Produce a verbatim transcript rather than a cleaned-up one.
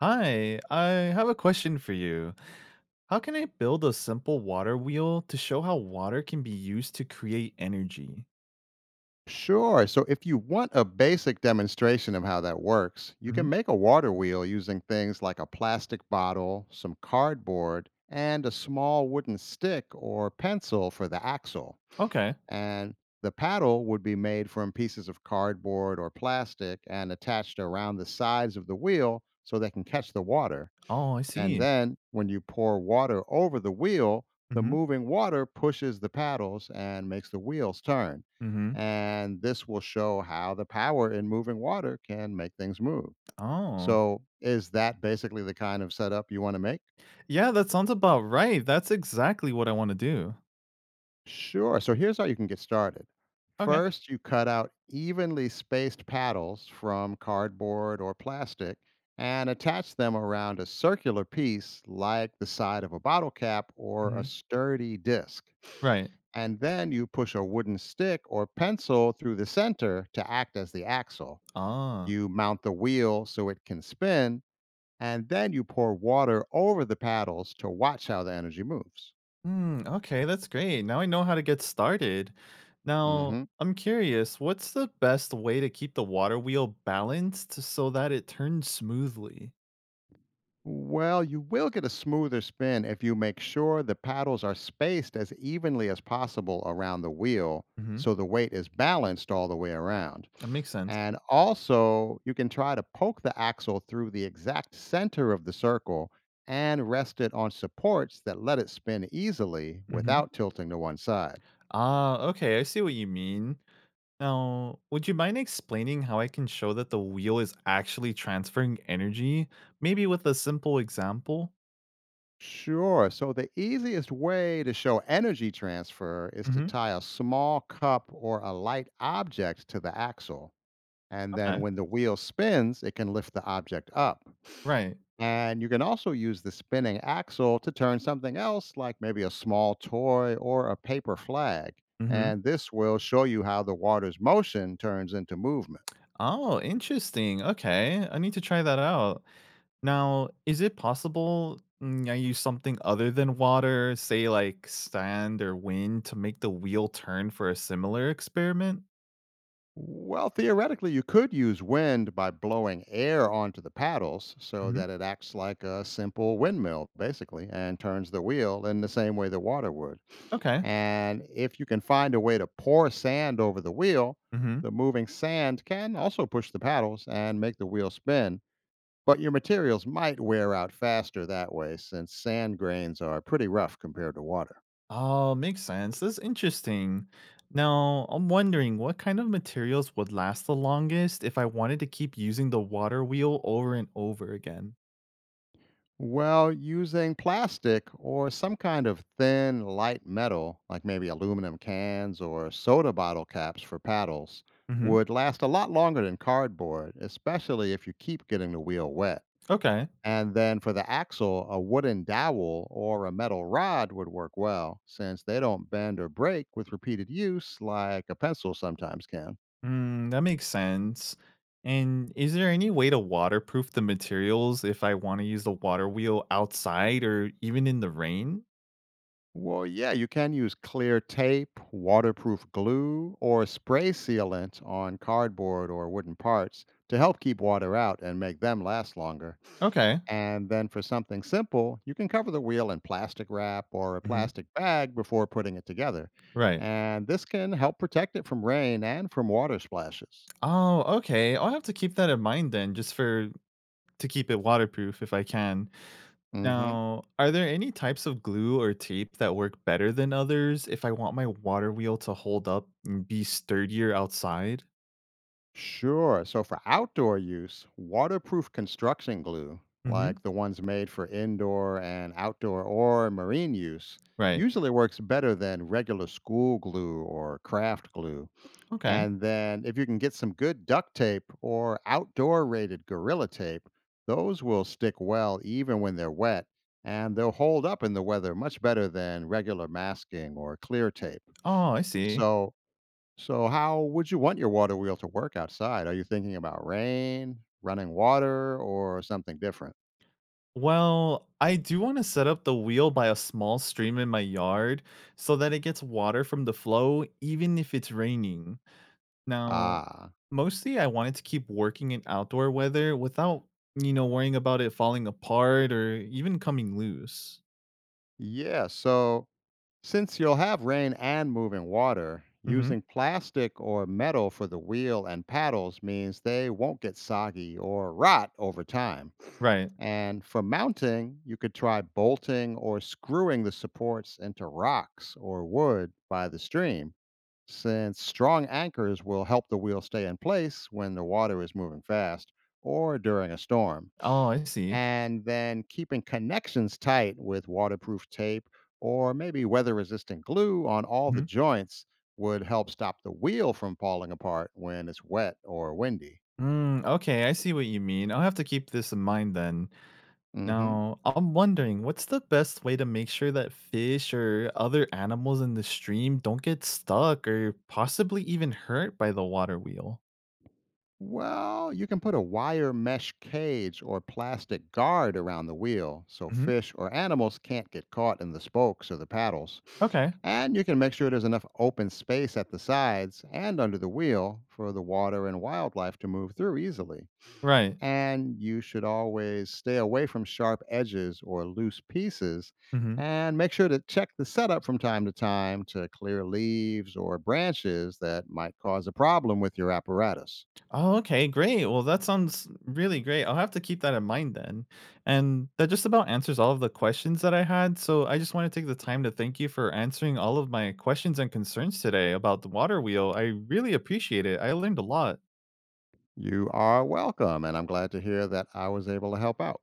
Hi, I have a question for you. How can I build a simple water wheel to show how water can be used to create energy? Sure. So if you want a basic demonstration of how that works, you Hmm. can make a water wheel using things like a plastic bottle, some cardboard, and a small wooden stick or pencil for the axle. Okay. And the paddle would be made from pieces of cardboard or plastic and attached around the sides of the wheel so they can catch the water. Oh, I And see. then when you pour water over the wheel, the Hmm. moving water pushes the paddles and makes the wheels turn. Hmm. And this will show how the power in moving water can make things move. Oh, So, is that basically the kind of setup you want to make? yeah, that sounds about right. That's exactly what I want to do. Sure. So, here's how you can get started. Okay. First, you cut out evenly spaced paddles from cardboard or plastic and attach them around a circular piece like the side of a bottle cap or a Hmm. sturdy disc. Right. And then you push a wooden stick or pencil through the center to act as the axle. Ah. You mount the wheel so it can spin, and then you pour water over the paddles to watch how the energy moves. Mm, okay, that's great. Now I know how to get started. Now, Hmm. I'm curious, what's the best way to keep the water wheel balanced so that it turns smoothly? Well, you will get a smoother spin if you make sure the paddles are spaced as evenly as possible around the wheel Hmm. so the weight is balanced all the way around. That makes sense. And also, you can try to poke the axle through the exact center of the circle and rest it on supports that let it spin easily Mhm. without tilting to one side. Ah, okay, I see what you mean. Now, would you mind explaining how I can show that the wheel is actually transferring energy, maybe with a simple example? Sure. So, the easiest way to show energy transfer is to Hmm. tie a small cup or a light object to the axle. And then Okay, when the wheel spins, it can lift the object up. right. And you can also use the spinning axle to turn something else, like maybe a small toy or a paper flag. Hmm. And this will show you how the water's motion turns into movement. Oh, interesting. Okay, I need to try that out. Now, is it possible mm, I use something other than water, say like sand or wind, to make the wheel turn for a similar experiment? Well, theoretically, you could use wind by blowing air onto the paddles so Hmm. that it acts like a simple windmill, basically, and turns the wheel in the same way the water would. Okay. And if you can find a way to pour sand over the wheel, Mm-hmm. the moving sand can also push the paddles and make the wheel spin. But your materials might wear out faster that way since sand grains are pretty rough compared to water. Oh, makes sense. That's interesting. Now, I'm wondering what kind of materials would last the longest if I wanted to keep using the water wheel over and over again. Well, using plastic or some kind of thin, light metal, like maybe aluminum cans or soda bottle caps for paddles, Hmm. would last a lot longer than cardboard, especially if you keep getting the wheel wet. Okay. And then for the axle, a wooden dowel or a metal rod would work well, since they don't bend or break with repeated use like a pencil sometimes can. Mm, that makes sense. And is there any way to waterproof the materials if I want to use the water wheel outside or even in the rain? Well, yeah, you can use clear tape, waterproof glue, or spray sealant on cardboard or wooden parts to help keep water out and make them last longer. Okay. And then for something simple, you can cover the wheel in plastic wrap or a Hmm. plastic bag before putting it together. Right. And this can help protect it from rain and from water splashes. Oh, okay. I'll have to keep that in mind then, just for to keep it waterproof if I can. Hmm. Now, are there any types of glue or tape that work better than others if I want my water wheel to hold up and be sturdier outside? Sure. So for outdoor use, waterproof construction glue, like Hmm. the ones made for indoor and outdoor or marine use, Right. usually works better than regular school glue or craft glue. Okay. And then if you can get some good duct tape or outdoor rated gorilla tape, those will stick well even when they're wet and they'll hold up in the weather much better than regular masking or clear tape. Oh, I see. So so, how would you want your water wheel to work outside? Are you thinking about rain, running water, or something different? Well, I do want to set up the wheel by a small stream in my yard so that it gets water from the flow even if it's raining. Now, Ah, mostly I wanted to keep working in outdoor weather without, you know, worrying about it falling apart or even coming loose. yeah. So, since you'll have rain and moving water, Hmm. using plastic or metal for the wheel and paddles means they won't get soggy or rot over time. Right. And for mounting, you could try bolting or screwing the supports into rocks or wood by the stream, since strong anchors will help the wheel stay in place when the water is moving fast or during a storm. Oh, I see. And then keeping connections tight with waterproof tape or maybe weather resistant glue on all the Mhm. joints would help stop the wheel from falling apart when it's wet or windy. Mm, okay, I see what you mean. I'll have to keep this in mind then. Hmm. Now, I'm wondering what's the best way to make sure that fish or other animals in the stream don't get stuck or possibly even hurt by the water wheel? Well, you can put a wire mesh cage or plastic guard around the wheel so Hmm. fish or animals can't get caught in the spokes or the paddles. Okay, And you can make sure there's enough open space at the sides and under the wheel for the water and wildlife to move through easily. right. And you should always stay away from sharp edges or loose pieces Hmm. and make sure to check the setup from time to time to clear leaves or branches that might cause a problem with your apparatus. Oh, okay, great. Well, that sounds really great. I'll have to keep that in mind then. And that just about answers all of the questions that I had. So I just want to take the time to thank you for answering all of my questions and concerns today about the water wheel. I really appreciate it. I learned a lot. You are welcome, and I'm glad to hear that I was able to help out.